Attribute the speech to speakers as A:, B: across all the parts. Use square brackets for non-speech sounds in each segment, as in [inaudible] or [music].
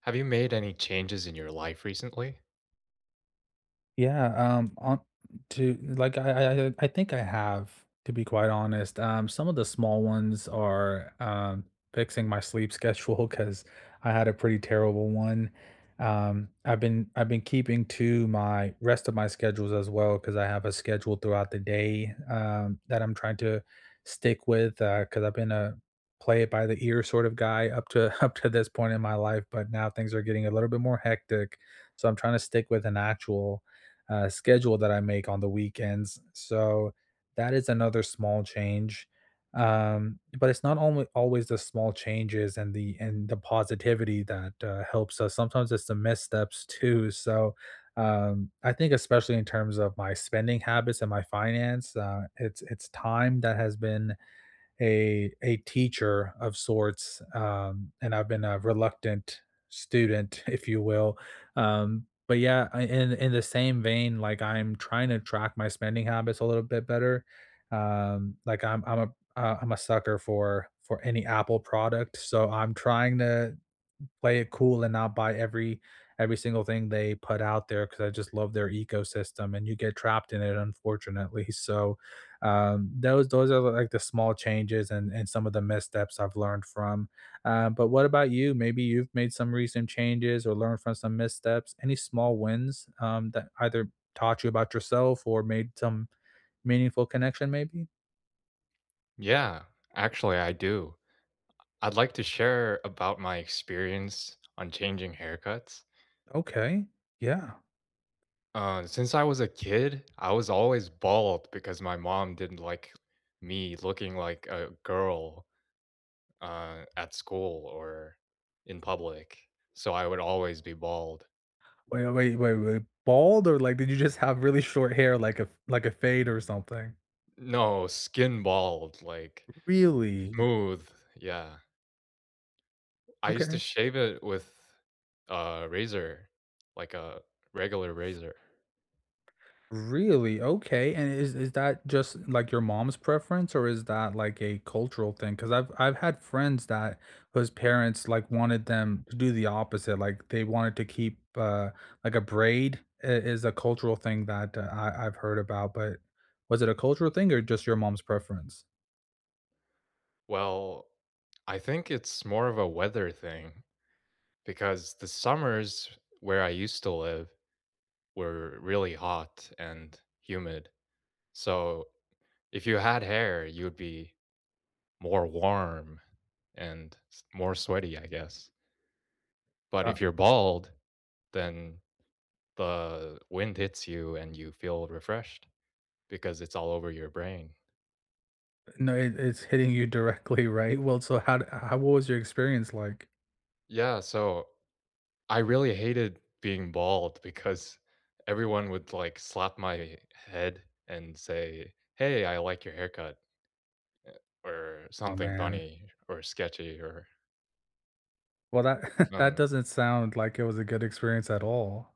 A: Have you made any changes in your life recently?
B: Yeah, on to like I think I have to be quite honest. Some of the small ones are fixing my sleep [laughs] schedule because I had a pretty terrible one. I've been keeping to my rest of my schedules as well because I have a schedule throughout the day that I'm trying to stick with because I've been a play it by the ear sort of guy up to [laughs] up to this point in my life, but now things are getting a little bit more hectic. So I'm trying to stick with an actual schedule that I make on the weekends. So that is another small change. But it's not only always the small changes and the positivity that helps us. Sometimes it's the missteps too. So I think especially in terms of my spending habits and my finance, it's time that has been a teacher of sorts, and I've been a reluctant student, [laughs] if you will. But yeah, in the same vein, like I'm trying to track my spending habits a little bit better. Like I'm a sucker for any Apple product, so I'm trying to play it cool and not buy every single thing they put out there because I just love their ecosystem and you get trapped in it unfortunately. [laughs] So those are like the small changes and some of the missteps I've learned from. But what about you? Maybe you've made some recent changes or learned from some missteps. Any small wins that either taught you about yourself or made some meaningful connection? Maybe.
A: Yeah, actually, I do. I'd like to share about my experience on changing haircuts.
B: Okay. Yeah.
A: Since I was a kid, I was always bald because my mom didn't like me looking like a girl at school or in public. So I would always be bald.
B: Wait, wait, wait, wait. Bald, or like did you just have really short hair, like a fade or something?
A: No, skin bald, like
B: Really?
A: smooth. Yeah. I used to
B: Okay.
A: shave it with a razor, like a regular razor.
B: Really? Okay. And is that just like your mom's preference, or is that like a cultural thing? Because I 'Cause I've had friends that whose parents like wanted them to do the opposite. Like they wanted to keep like a braid is a cultural thing that I've heard about, but was it a cultural thing or just your mom's preference?
A: Well, I think it's more of a weather thing because the summers where I used to live were really hot and humid. So if you had hair, you would be more warm and more sweaty, I guess. But if you're bald, then the wind hits you and you feel refreshed, because it's all over your brain.
B: No, it's hitting you directly, [laughs] right? Well, so how d how what was your experience like?
A: Yeah, so I really hated being bald because everyone would like slap my head and say, "Hey, I like your haircut," or
B: Oh,
A: something
B: man.
A: funny or sketchy or
B: Well, that [laughs] that
A: um
B: doesn't sound like it was a good experience at all,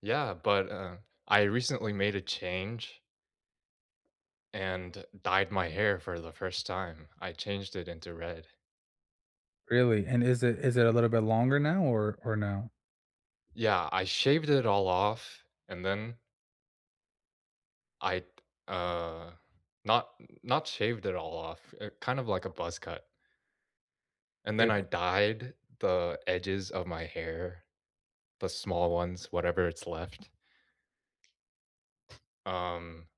A: yeah, but I recently made a change and dyed my hair for the first time. I changed it into red.
B: really, and is it a little bit longer now, or no?
A: Yeah, I shaved it all off and then I uh, not not shaved it all off, kind of like a buzz cut. And then I
B: It
A: dyed the edges of my hair, the small ones, whatever it's left. Um,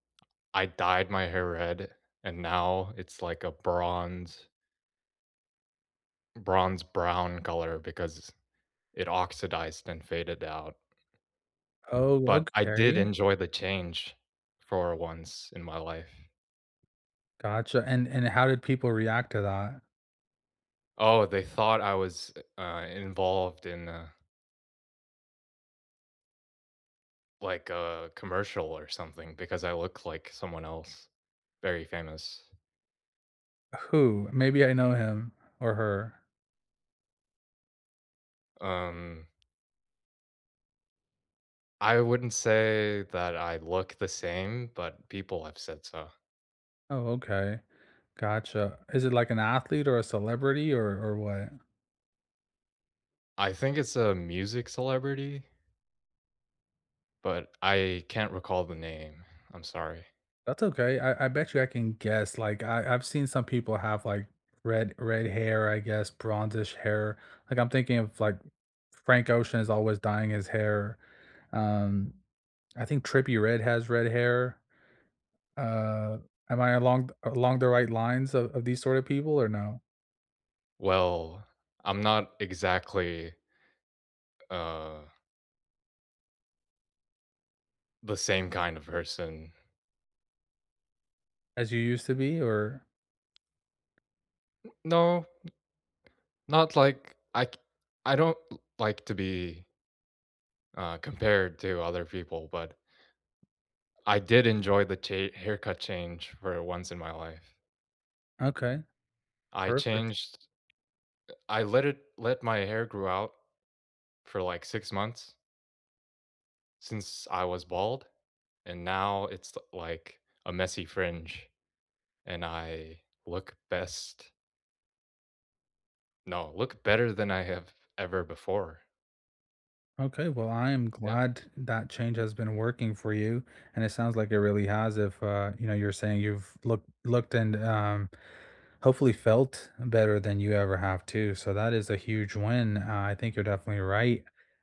A: I dyed my hair red, and now it's like a bronze, bronze brown color because it oxidized and faded out.
B: Oh,
A: But I did
B: okay.
A: enjoy the change for once in my life.
B: Gotcha. And how did people react to that?
A: Oh, they thought I was involved in. Like a commercial or something because I look like someone else very famous.
B: Who? Maybe I know him, or her.
A: Um, I wouldn't say that I look the same, but people have said so.
B: Oh, okay. Gotcha. Is it like an athlete or a celebrity, or what?
A: I think it's a music celebrity, but I can't recall the name. I'm sorry.
B: That's okay. I bet you I can guess. Like I've seen some people have like red hair, I guess, bronzish hair. Like I'm thinking of like Frank Ocean is always dyeing his hair. Um I think Trippy Red has red hair. Uh am I along the right lines of, these sort of people, or no?
A: Well, I'm not exactly uh the same kind of person.
B: As you used to be, or
A: No, not like I c- I don't like to be compared to other people, but I did enjoy the cha haircut change for once in my life.
B: okay.
A: I
B: Perfect.
A: changed I let my hair grew out for, like, 6 months since I was bald, and now it's l like a messy fringe, and I look best no, look better than I have ever before.
B: Okay. Well, I am
A: Yeah.
B: glad that change has been working for you. And it sounds like it really has if you're saying you've looked and hopefully felt better than you ever have too. So that is a huge win. I think you're definitely right.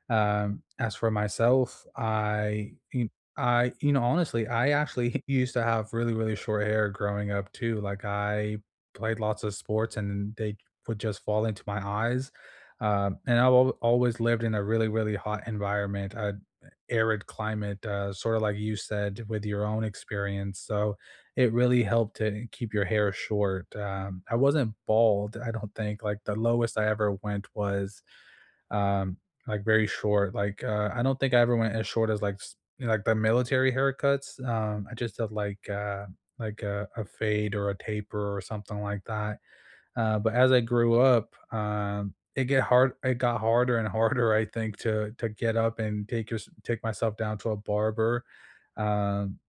B: As for myself, honestly, I actually [laughs] used to have really, really short hair growing up too. Like I played lots of sports and they would just fall into my eyes. And always lived in a really, really hot environment, arid climate, sort of like you said with your own experience. So it really helped to keep your hair short. I wasn't bald, I don't think. Like the lowest I ever went was um, like very short. Like I don't think I ever went as short as like the military haircuts. I just did like a fade or a taper or something like that, but as I grew up, it get hard. It got harder and [laughs] harder, I think, to get up and take myself down to a barber. Um,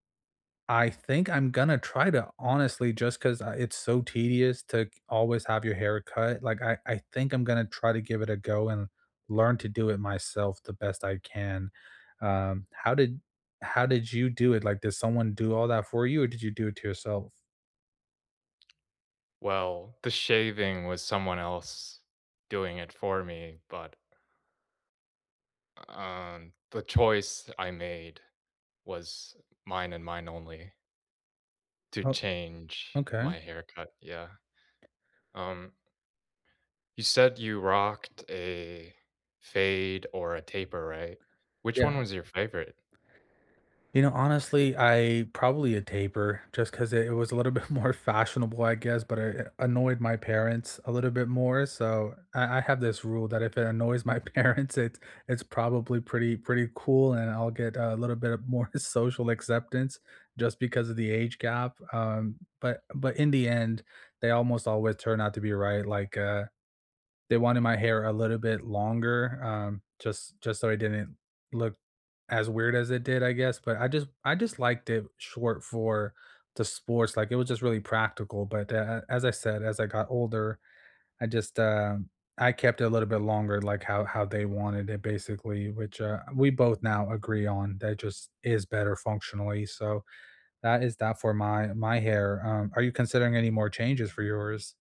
B: I think I'm gonna try to, honestly, just because it's so tedious to always have your hair cut. Like I think I'm gonna try to give it a go and learn to do it myself the best I can. Um, how did how did you do it? Like, did someone do all that for you, or did you do it to yourself?
A: Well, the shaving was someone else doing it for me, but, the choice I made was mine and mine only. To
B: Oh,
A: change
B: okay.
A: my haircut, yeah. Um, you said you rocked a fade or a taper, right? Which one was your favorite?
B: You know, honestly, I probably a taper just 'cause it was a little [laughs] bit more fashionable, I guess, but it annoyed my parents a little bit more, so I have this rule that if it annoys my [laughs] parents, it's probably pretty cool, and I'll get a little bit of more [laughs] social acceptance just because of the age gap, but in the end, they almost always turn out to be right, like, they wanted my hair a little bit longer, just so I didn't look as weird as it did, I guess, but I just liked it short for the sports. Like it was just really practical. But as I said, as I got older, I just um I kept it a little bit longer, like how they wanted it, basically, which we both now agree on that just is better functionally. So that is that for my hair. Are you considering any more changes for yours?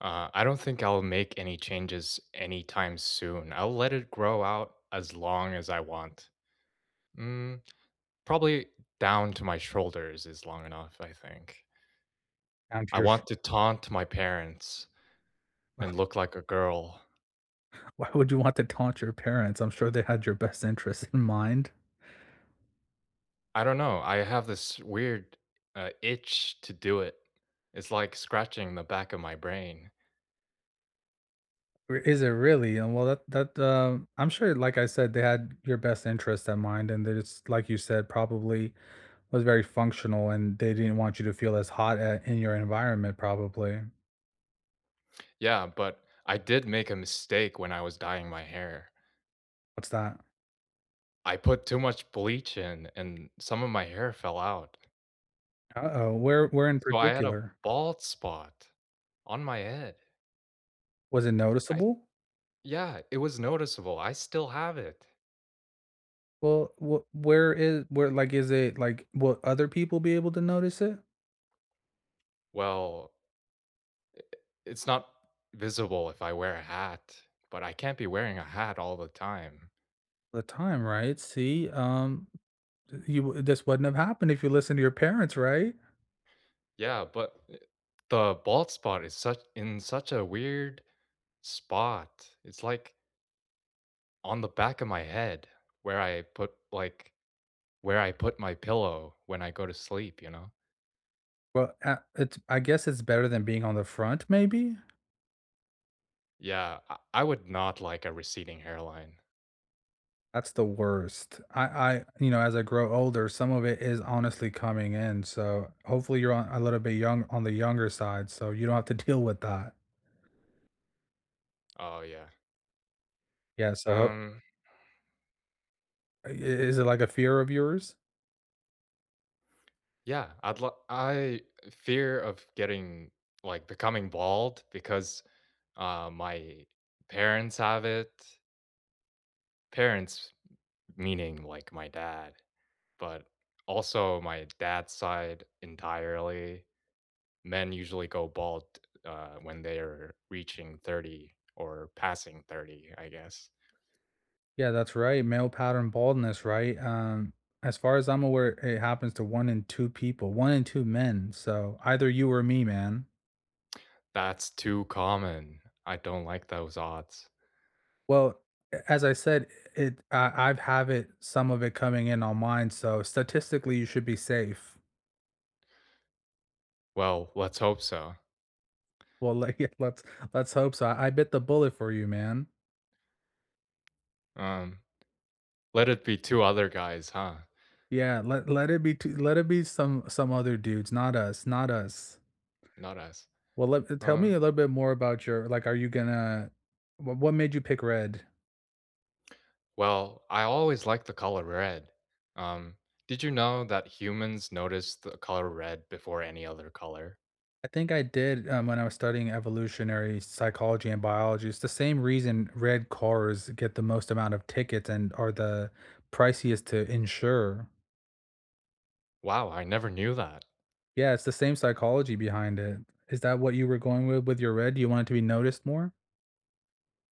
A: I don't think I'll make any changes anytime soon. I'll let it grow out as long as I want. Mm, probably down to my shoulders is long enough, I think.
B: Down to
A: I
B: your...
A: want to taunt my parents and look like a girl.
B: [laughs] Why would you want to taunt your parents? I'm sure they had your best interests in mind.
A: I don't know. I have this weird itch to do it. It's like scratching the back of my brain.
B: Re Is it really? And well, that, I'm sure, like I said, they had your best interest at mind, and they just, like you said, probably was very functional, and they didn't want you to feel as hot at, in your environment, probably.
A: Yeah, but I did make a mistake when I was dyeing my hair.
B: What's that?
A: I put too much bleach in and some of my hair fell out.
B: Uh-oh, where in
A: So I had a
B: particular?
A: bald spot on my head.
B: Was it
A: I
B: noticeable?
A: Yeah, it was noticeable. I still have it.
B: Well, wh where is where, like, is it, like, will other people be able to notice it?
A: Well, i- it's not visible if I wear a hat, but I can't be wearing a hat all the time.
B: The time, right? See, you this wouldn't have happened if you listened to your parents, right?
A: Yeah, but I the bald spot is such in such a weird spot. It's, like, on the back of my head where I put, like where I put my pillow when I go to sleep, you know?
B: Well, it's I guess it's better than being on the front, maybe?
A: Yeah, I would not like a receding hairline.
B: That's the worst. As I grow older, some of it is honestly coming in, so hopefully you're on a little bit young on the younger side, so you don't have to [laughs] deal with that.
A: Oh, yeah.
B: Yeah, so ho-
A: Um,
B: I is it like a fear of yours?
A: yeah, I fear of getting like, becoming bald because, my parents have it. Parents meaning, like, my dad. But also my dad's side entirely, men usually go bald, when they are reaching 30 or passing 30, I guess.
B: Yeah, that's right, male pattern baldness, right? As far as I'm aware, it happens to 1 in 2 people, 1 in 2 men, so either you or me, man.
A: That's too common. I don't like those odds.
B: Well, a as I said, it I've have it some of it coming in on mine, so statistically, you should be safe.
A: Well, let's hope so.
B: Well, let, [laughs] yeah, let's hope so. I bit the bullet for you, man.
A: Um, Let it be two other guys, huh?
B: Yeah, let it be some other dudes, not us, not us.
A: Not us.
B: Well, tell me
A: Um,
B: a little bit more about your, like. Are you gonna? What made you pick red?
A: well, I always like the color red. Um, did you know that humans notice the color red before any other color?
B: I think I did, when I was studying evolutionary psychology and biology. It's the same reason red cars get the most amount of tickets and are the priciest to insure.
A: Wow, I never knew that.
B: Yeah, it's the same psychology behind it. Is that what you were going with your red? Do you want it to be noticed more?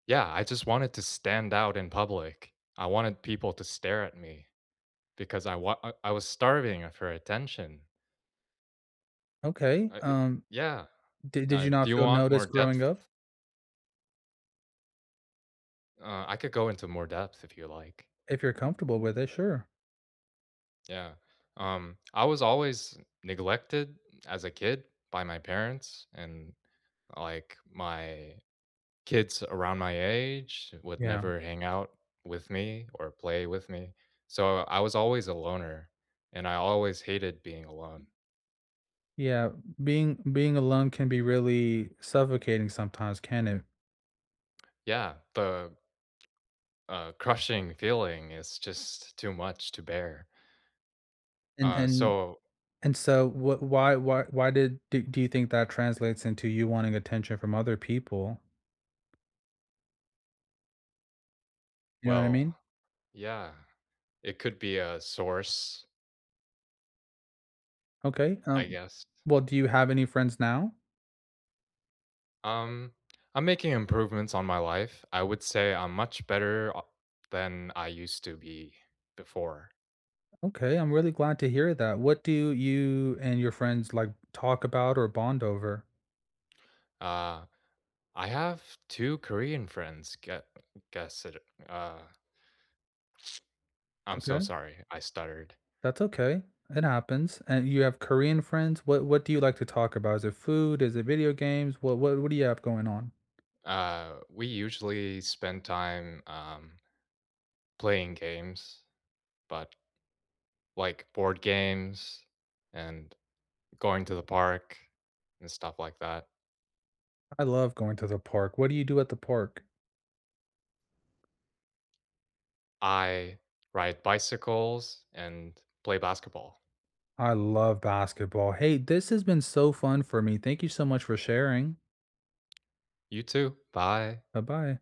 A: Yeah, I just wanted to stand out in public. I wanted people to stare at me because I wa I was starving for attention.
B: Okay.
A: I yeah,
B: Did you
A: do
B: not
A: you
B: feel
A: want more
B: noticed growing
A: depth?
B: up?
A: I could go into more depth if you like.
B: If you're comfortable with it, sure.
A: Yeah, I was always neglected as a kid by my parents, and, like, my kids around my age would
B: Yeah.
A: never hang out with me or play with me, so I was always a loner, and I always hated being alone.
B: Yeah, being alone can be really suffocating sometimes, can it?
A: Yeah, the, crushing feeling is just too much to bear.
B: And
A: Uh,
B: and
A: so
B: and so what why did do, do you think that translates into you wanting attention from other people? You know what I
A: well,
B: mean?
A: yeah, it could be a source,
B: Okay.
A: I guess.
B: Well, do you have any friends now?
A: Um, I'm making improvements on my life. I would say I'm much better o than I used to be before.
B: Okay, I'm really glad to hear that. What do you and your friends like talk about or bond over?
A: Uh, I have 2 Korean friends, gue guess it uh, I'm so
B: Okay.
A: sorry, I stuttered.
B: That's okay. It happens. And you have Korean friends? What do you like to talk about? Is it food? Is it video games? What do you have going on?
A: We usually spend time, playing games. But, like, board games and going to the park and stuff like that.
B: I love going to the park. What do you do at the park?
A: I ride bicycles and play basketball.
B: I love basketball. Hey, this has been so fun for me. Thank you so much for sharing.
A: You too. Bye.
B: Bye-bye.